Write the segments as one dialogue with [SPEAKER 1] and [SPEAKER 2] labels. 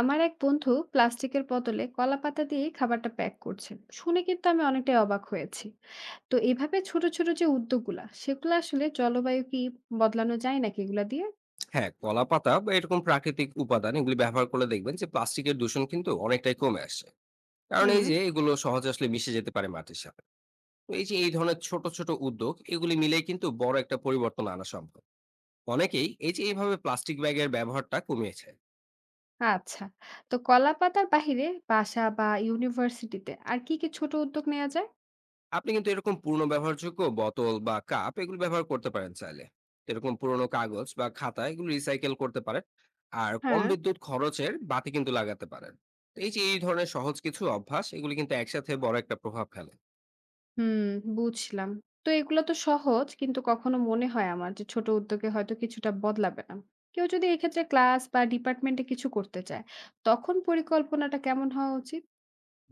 [SPEAKER 1] আমার এক বন্ধু প্লাস্টিকের বদলে কলা পাতা দিয়ে খাবারটা প্যাক করছেন শুনে কিন্তু আমি অনেকটাই অবাক হয়েছি তো এভাবে ছোট ছোট যে উদ্যোগগুলা সেগুলো আসলে জলবায়ু কি বদলানো যায় নাকি এগুলা দিয়ে
[SPEAKER 2] হ্যাঁ, কলা পাতা বা এরকম প্রাকৃতিক উপাদান এগুলি ব্যবহার করলে দেখবেন যে প্লাস্টিকের দূষণ কিন্তু অনেকটাই কমে আসে। কারণ এই
[SPEAKER 1] হুম
[SPEAKER 2] যে এগুলো সহজে আসলে মিশে যেতে পারে মাটির সাথে। তো এই যে এই ধরনের ছোট ছোট উদ্যোগ এগুলি মিলে কিন্তু বড় একটা পরিবর্তন আনা সম্ভব। অনেকেই এই যে এইভাবে প্লাস্টিক ব্যাগের ব্যবহারটা কমিয়েছে।
[SPEAKER 1] আচ্ছা তো কলা পাতার বাহিরে বাসা বা ইউনিভার্সিটিতে আর কি কি ছোট উদ্যোগ নেওয়া যায়
[SPEAKER 2] আপনি কিন্তু এরকম পুরনো ব্যবহারযোগ্য বোতল বা কাপ এগুলো ব্যবহার করতে পারেন চাইলে। তো এরকম পুরনো কাগজ বা খাতা এগুলো রিসাইকেল করতে পারেন। আর কম
[SPEAKER 1] হ্যাঁ
[SPEAKER 2] বিদ্যুৎ খরচের বাতি কিন্তু লাগাতে পারেন। তো এই যে এই ধরনের সহজ কিছু অভ্যাস এগুলি কিন্তু একসাথে বড় একটা প্রভাব ফেলে।
[SPEAKER 1] হুম বুঝলাম তো এগুলো তো সহজ কিন্তু কখনো মনে হয় আমার যে ছোট উদ্যোগে হয়তো কিছুটা বদলাবে না কেউ যদি এক্ষেত্রে ক্লাস বা ডিপার্টমেন্টে কিছু করতে চায় তখন পরিকল্পনাটা কেমন হওয়া উচিত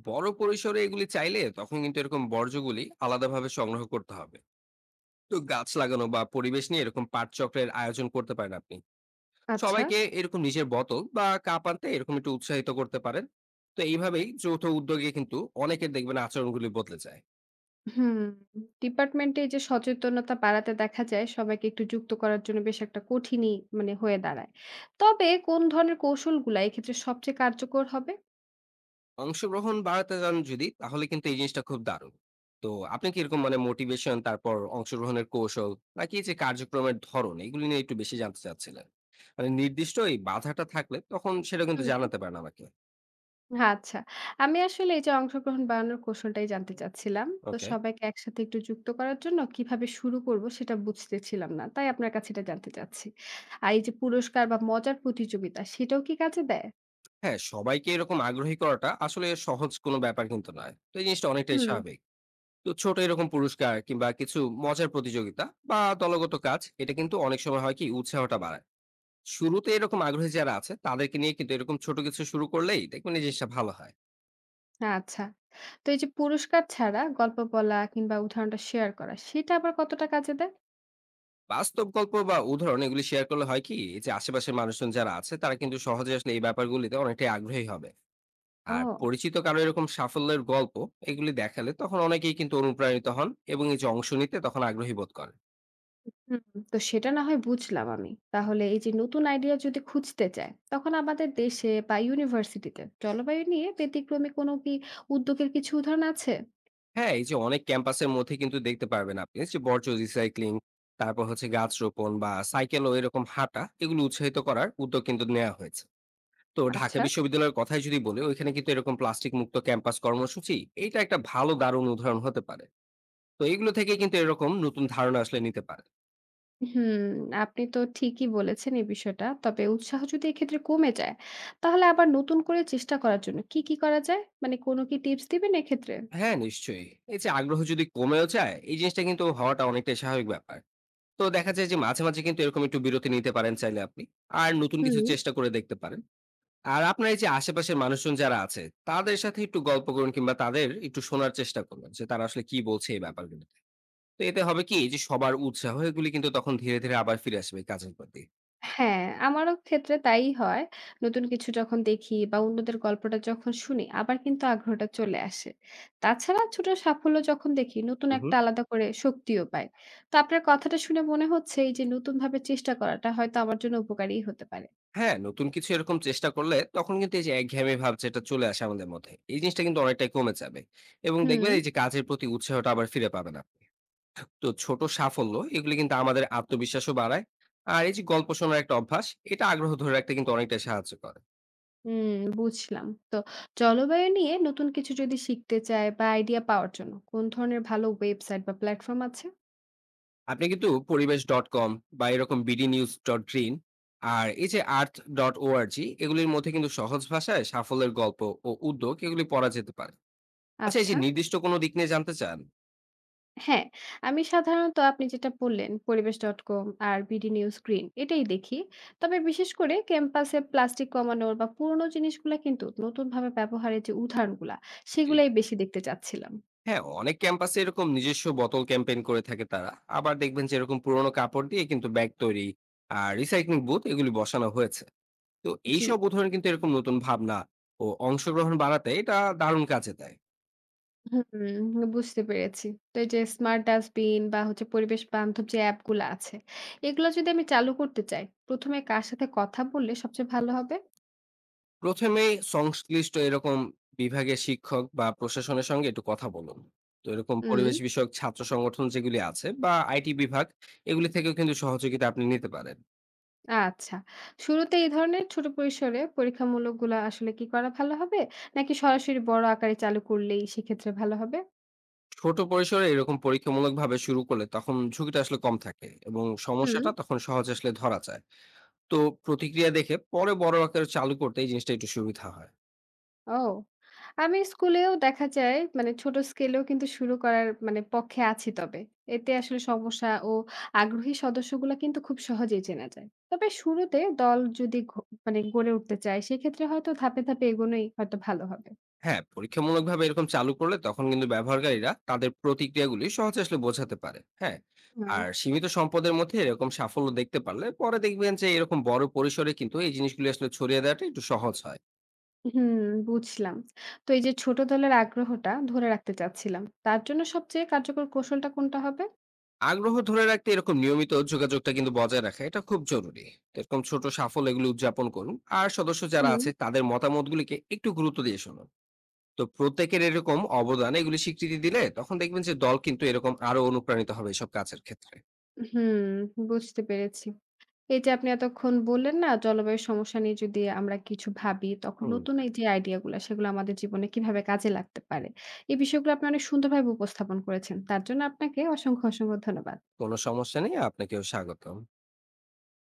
[SPEAKER 2] বড় পরিসরে এগুলি চাইলে তখন কিন্তু এরকম বর্জ্যগুলি আলাদাভাবে সংগ্রহ করতে হবে। তো গাছ লাগানো বা পরিবেশ নিয়ে এরকম পাঠচক্রের আয়োজন করতে পারেন আপনি।
[SPEAKER 1] আচ্ছা।
[SPEAKER 2] সবাইকে এরকম নিজের বোতল বা কাপ আনতে এরকম একটু উৎসাহিত করতে পারেন। তো এইভাবেই যৌথ উদ্যোগে কিন্তু অনেকের দেখবেন আচরণগুলি বদলে যায়।
[SPEAKER 1] হুম, ডিপার্টমেন্টে এই যে সচেতনতা বাড়াতে দেখা যায় সবাইকে একটু যুক্ত করার জন্য বেশ একটা কঠিনই মানে হয়ে দাঁড়ায়। তবে কোন ধরনের কৌশলগুলা এক্ষেত্রে সবচেয়ে কার্যকর হবে?
[SPEAKER 2] অংশগ্রহণ বাড়াতে যান যদি, তাহলে কিন্তু এই জিনিসটা খুব দারুণ। তো আপনি কি এরকম মানে মোটিভেশন, তারপর অংশগ্রহণের কৌশল, নাকি এই যে কার্যক্রমের ধরন এগুলি নিয়ে একটু বেশি জানতে চাচ্ছিলেন? মানে নির্দিষ্ট এই বাধাটা থাকলে তখন সেটা কিন্তু
[SPEAKER 1] হুম,
[SPEAKER 2] জানাতে পারেন আমাকে।
[SPEAKER 1] হ্যাঁ, আচ্ছা। আমি আসলে এই যে অংশগ্রহণ বাড়ানোর কৌশলটাই জানতে চাচ্ছিলাম। তো
[SPEAKER 2] ওকে।
[SPEAKER 1] সবাইকে একসাথে একটু যুক্ত করার জন্য কিভাবে শুরু করব সেটা বুঝতেছিলাম না। তাই আপনার কাছে এটা জানতে চাচ্ছি। আর এই যে পুরস্কার বা মজার প্রতিযোগিতা সেটাও কি কাজে দেয়?
[SPEAKER 2] হ্যাঁ, সবাইকে এরকম আগ্রহী করাটা আসলে সহজ কোনো ব্যাপার কিন্তু নয়, তো এই জিনিসটা অনেকটাই
[SPEAKER 1] হুম।
[SPEAKER 2] স্বাভাবিক। তো ছোট এরকম পুরস্কার কিংবা কিছু মজার প্রতিযোগিতা বা দলগত কাজ, এটা কিন্তু অনেক সময় হয় কি উৎসাহটা বাড়ায়। শুরুতে এরকম আগ্রহী যারা আছে তাদেরকে নিয়ে কিন্তু এরকম ছোট কিছু শুরু করলেই দেখবেন এই জিনিসটা ভালো হয়।
[SPEAKER 1] আচ্ছা। তো এই যে পুরস্কার ছাড়া গল্প বলা কিংবা উদাহরণটা শেয়ার করা সেটা আবার কতটা কাজে দেয়?
[SPEAKER 2] বাস্তব গল্প বা উদাহরণ এগুলি শেয়ার করলে হয় কি, এই যে আশেপাশের মানুষজন যারা আছে তারা কিন্তু সহজে আসলে এই ব্যাপারগুলিতে অনেকটাই আগ্রহী হবে। আর
[SPEAKER 1] ও!
[SPEAKER 2] পরিচিত কারো এরকম সাফল্যের গল্প এগুলি দেখালে তখন অনেকেই কিন্তু অনুপ্রাণিত হন এবং এই যে অংশ নিতে তখন আগ্রহী বোধ করেন।
[SPEAKER 1] হুম, তো সেটা না হয় বুঝলাম আমি। তাহলে এই যে নতুন আইডিয়া যদি খুঁজতে চায়, তখন আমাদের দেশে বা ইউনিভার্সিটিতে জলবায়ু নিয়ে ব্যতিক্রমী কোনো কি উদ্যোগের কিছু উদাহরণ আছে?
[SPEAKER 2] হ্যাঁ, এই যে অনেক ক্যাম্পাসের মধ্যে কিন্তু দেখতে পারবেন আপনি যে বর্জ্য রিসাইক্লিং, তারপর হচ্ছে গাছ রোপণ বা সাইকেল ও এরকম হাঁটা এগুলো উৎসাহিত করার উদ্যোগ কিন্তু নেওয়া হয়েছে। তো ঢাকা
[SPEAKER 1] আচ্ছা।
[SPEAKER 2] বিশ্ববিদ্যালয়ের কথাই যদি বলি, ওইখানে কিন্তু এরকম প্লাস্টিক মুক্ত ক্যাম্পাস কর্মসূচি, এইটা একটা ভালো দারুণ উদাহরণ হতে পারে। তো এগুলো থেকে কিন্তু এরকম নতুন ধারণা আসলে নিতে পারে।
[SPEAKER 1] হুম, আপনি তো ঠিকই বলেছেন এই বিষয়টা। তবে উৎসাহ যদি এক্ষেত্রে কমে যায়, তাহলে আবার নতুন করে চেষ্টা করার জন্য কি, কি করা যায়? মানে কোনো কি টিপস দিবেন এক্ষেত্রে?
[SPEAKER 2] হ্যাঁ, নিশ্চয়ই। এই যে আগ্রহ যদি কমেও যায়, এই জিনিসটা কিন্তু হওয়াটা অনেকটাই স্বাভাবিক ব্যাপার। তো দেখা যায় যে মাঝে, মাঝে কিন্তু এরকম একটু বিরতি নিতে পারেন চাইলে আপনি। আর নতুন কিছু
[SPEAKER 1] হুম।
[SPEAKER 2] চেষ্টা করে দেখতে পারেন। আর আপনার এই যে আশেপাশের মানুষজন যারা আছে, তাদের সাথে একটু গল্প করুন কিংবা তাদের একটু শোনার চেষ্টা করুন যে তারা আসলে কি বলছে এই ব্যাপারগুলোতে। তো এতে হবে কি যে সবার উৎসাহ এগুলি কিন্তু তখন ধীরে, ধীরে আবার ফিরে আসবে এই কাজের প্রতি।
[SPEAKER 1] হ্যাঁ, আমারও ক্ষেত্রে তাই হয়। নতুন কিছু যখন দেখি বা অন্যদের গল্পটা যখন শুনি আবার কিন্তু আগ্রহটা চলে আসে। তাছাড়া ছোট সাফল্য যখন দেখি নতুন
[SPEAKER 2] হু, হু।
[SPEAKER 1] একটা আলাদা করে শক্তিও পাই। তো আপনার কথাটা শুনে মনে হচ্ছে এই যে নতুনভাবে চেষ্টা করাটা হয়তো আমার জন্য উপকারী হতে পারে।
[SPEAKER 2] হ্যাঁ, নতুন কিছু এরকম চেষ্টা করলে তখন কিন্তু এই যে একঘেয়েমি ভাব যেটা চলে আসে আমাদের মধ্যে, এই জিনিসটা কিন্তু অনেকটাই কমে যাবে। এবং দেখবেন
[SPEAKER 1] হুম,
[SPEAKER 2] এই যে কাজের প্রতি উৎসাহটা আবার ফিরে পাবেন আপনি। তো ছোট সাফল্য এগুলি কিন্তু আমাদের আত্মবিশ্বাসও বাড়ায়। আর এই যে গল্প শোনার একটা অভ্যাস, এটা আগ্রহ ধরে রাখতে কিন্তু অনেকটাই সাহায্য করে।
[SPEAKER 1] হুম বুঝলাম। তো জলবায়ু নিয়ে নতুন কিছু যদি শিখতে চাই বা আইডিয়া পাওয়ার জন্য কোন ধরনের ভালো ওয়েবসাইট বা প্ল্যাটফর্ম আছে?
[SPEAKER 2] আপনি কিন্তু পরিবেশ.com বা এরকম bdnews.green, আর এই যে earth.org, এগুলির মধ্যে কিন্তু সহজ ভাষায় সাফল্যের গল্প ও উদ্যোগ এগুলি পড়া যেতে পারে। আচ্ছা, এই যে
[SPEAKER 1] আচ্ছা।
[SPEAKER 2] নির্দিষ্ট কোনো দিক নিয়ে জানতে চান?
[SPEAKER 1] হ্যাঁ, আমি সাধারণত আপনি যেটা বললেন Paribesh.com আর বিডি নিউজ গ্রিন এটাই দেখি। তবে বিশেষ করে ক্যাম্পাসে প্লাস্টিক কমানোর বা পুরোনো জিনিসগুলা কিন্তু নতুনভাবে ব্যবহারের যে উদাহরণগুলা
[SPEAKER 2] জি।
[SPEAKER 1] সেগুলাই বেশি দেখতে চাচ্ছিলাম।
[SPEAKER 2] হ্যাঁ, অনেক ক্যাম্পাসে এরকম নিজস্ব বোতল ক্যাম্পেইন করে থাকে তারা। আবার দেখবেন যে এরকম পুরোনো কাপড় দিয়ে কিন্তু ব্যাগ তৈরি আর রিসাইক্লিং বুথ এগুলি বসানো হয়েছে। তো
[SPEAKER 1] জি।
[SPEAKER 2] এইসব উদাহরণ কিন্তু এরকম নতুন ভাবনা ও অংশগ্রহণ বাড়াতে এটা দারুণ কাজে দেয়।
[SPEAKER 1] হুম, বুঝতে পেরেছি। তো এই যে স্মার্ট ডাস্টবিন বা হচ্ছে পরিবেশ বান্ধব যে অ্যাপগুলা আছে, এগুলা যদি আমি চালু করতে চাই, ১ম এ কার সাথে কথা বললে সবচেয়ে ভালো হবে?
[SPEAKER 2] প্রথমেই সংশ্লিষ্ট এরকম বিভাগের শিক্ষক বা প্রশাসনের সঙ্গে একটু কথা বলুন। তো এরকম
[SPEAKER 1] হুম।
[SPEAKER 2] পরিবেশ বিষয়ক ছাত্র সংগঠন যেগুলি আছে বা আইটি বিভাগ, এগুলি থেকেও কিন্তু সহযোগিতা আপনি নিতে পারেন।
[SPEAKER 1] আচ্ছা। শুরুতে এই ধরনের ছোট পরিসরে পরীক্ষামূলকগুলা আসলে কি করা ভালো হবে? নাকি সরাসরি বড় আকারে চালু করলেই সেক্ষেত্রে ভালো হবে?
[SPEAKER 2] ছোট পরিসরে এরকম পরীক্ষামূলকভাবে শুরু করলে তখন ঝুঁকিটা আসলে কম থাকে এবং
[SPEAKER 1] হুম।
[SPEAKER 2] সমস্যাটা তখন সহজ আসলে ধরা যায়। তো প্রতিক্রিয়া দেখে পরে বড় আকারে চালু করতে এই জিনিসটা একটু সুবিধা হয়।
[SPEAKER 1] ও! আমি স্কুলেও দেখা যায় মানে ছোট স্কেলেও কিন্তু শুরু করার মানে পক্ষে আছি তবে। এতে আসলে সমস্যা ও আগ্রহী সদস্যগুলা কিন্তু খুব সহজেই চেনা যায়। তবে শুরুতে দল যদি মানে গড়ে উঠতে চায় সেক্ষেত্রে হয়তো ধাপে, ধাপে এগোনোই হয়তো ভালো হবে।
[SPEAKER 2] হ্যাঁ, পরীক্ষামূলকভাবে এরকম চালু করলে তখন কিন্তু ব্যবহারকারীরা তাদের প্রতিক্রিয়াগুলি সহজে আসলে বোঝাতে পারে। হ্যাঁ?
[SPEAKER 1] হ্যাঁ।
[SPEAKER 2] আর সীমিত সম্পদের মধ্যে এরকম সাফল্য দেখতে পারলে পরে দেখবেন যে এরকম বড় পরিসরে কিন্তু এই জিনিসগুলি আসলে ছড়িয়ে দেওয়াটা একটু সহজ হয়।
[SPEAKER 1] হুম, বুঝলাম। তো এই যে ছোট দলের আগ্রহটা ধরে রাখতে চাচ্ছিলাম। তার জন্য সবচেয়ে কার্যকর কৌশলটা কোনটা হবে?
[SPEAKER 2] আগ্রহ ধরে রাখতে এরকম নিয়মিত যোগাযোগটা কিন্তু বজায় রাখা, এটা খুব জরুরি। তো এরকম ছোট সাফল্য এগুলো উদযাপন করুন। আর সদস্য যারা
[SPEAKER 1] হুম।
[SPEAKER 2] আছে তাদের মতামতগুলিকে একটু গুরুত্ব দিয়ে শুনুন। তো প্রত্যেকের এরকম অবদান এগুলি স্বীকৃতি দিলে তখন দেখবেন যে দল কিন্তু এরকম আরো অনুপ্রাণিত হবে এসব কাজের ক্ষেত্রে।
[SPEAKER 1] হুম, বুঝতে পেরেছি। এই যে আপনি এতক্ষণ বললেন না, জলবায়ু সমস্যা নিয়ে যদি আমরা কিছু ভাবি, তখন নতুন
[SPEAKER 2] হুম।
[SPEAKER 1] এই যে আইডিয়া গুলা, সেগুলো আমাদের জীবনে কিভাবে কাজে লাগতে পারে। এই বিষয়গুলো আপনি অনেক সুন্দরভাবে উপস্থাপন করেছেন। তার জন্য আপনাকে অসংখ্য, অসংখ্য ধন্যবাদ।
[SPEAKER 2] কোনো সমস্যা নেই। আপনাকেও স্বাগতম।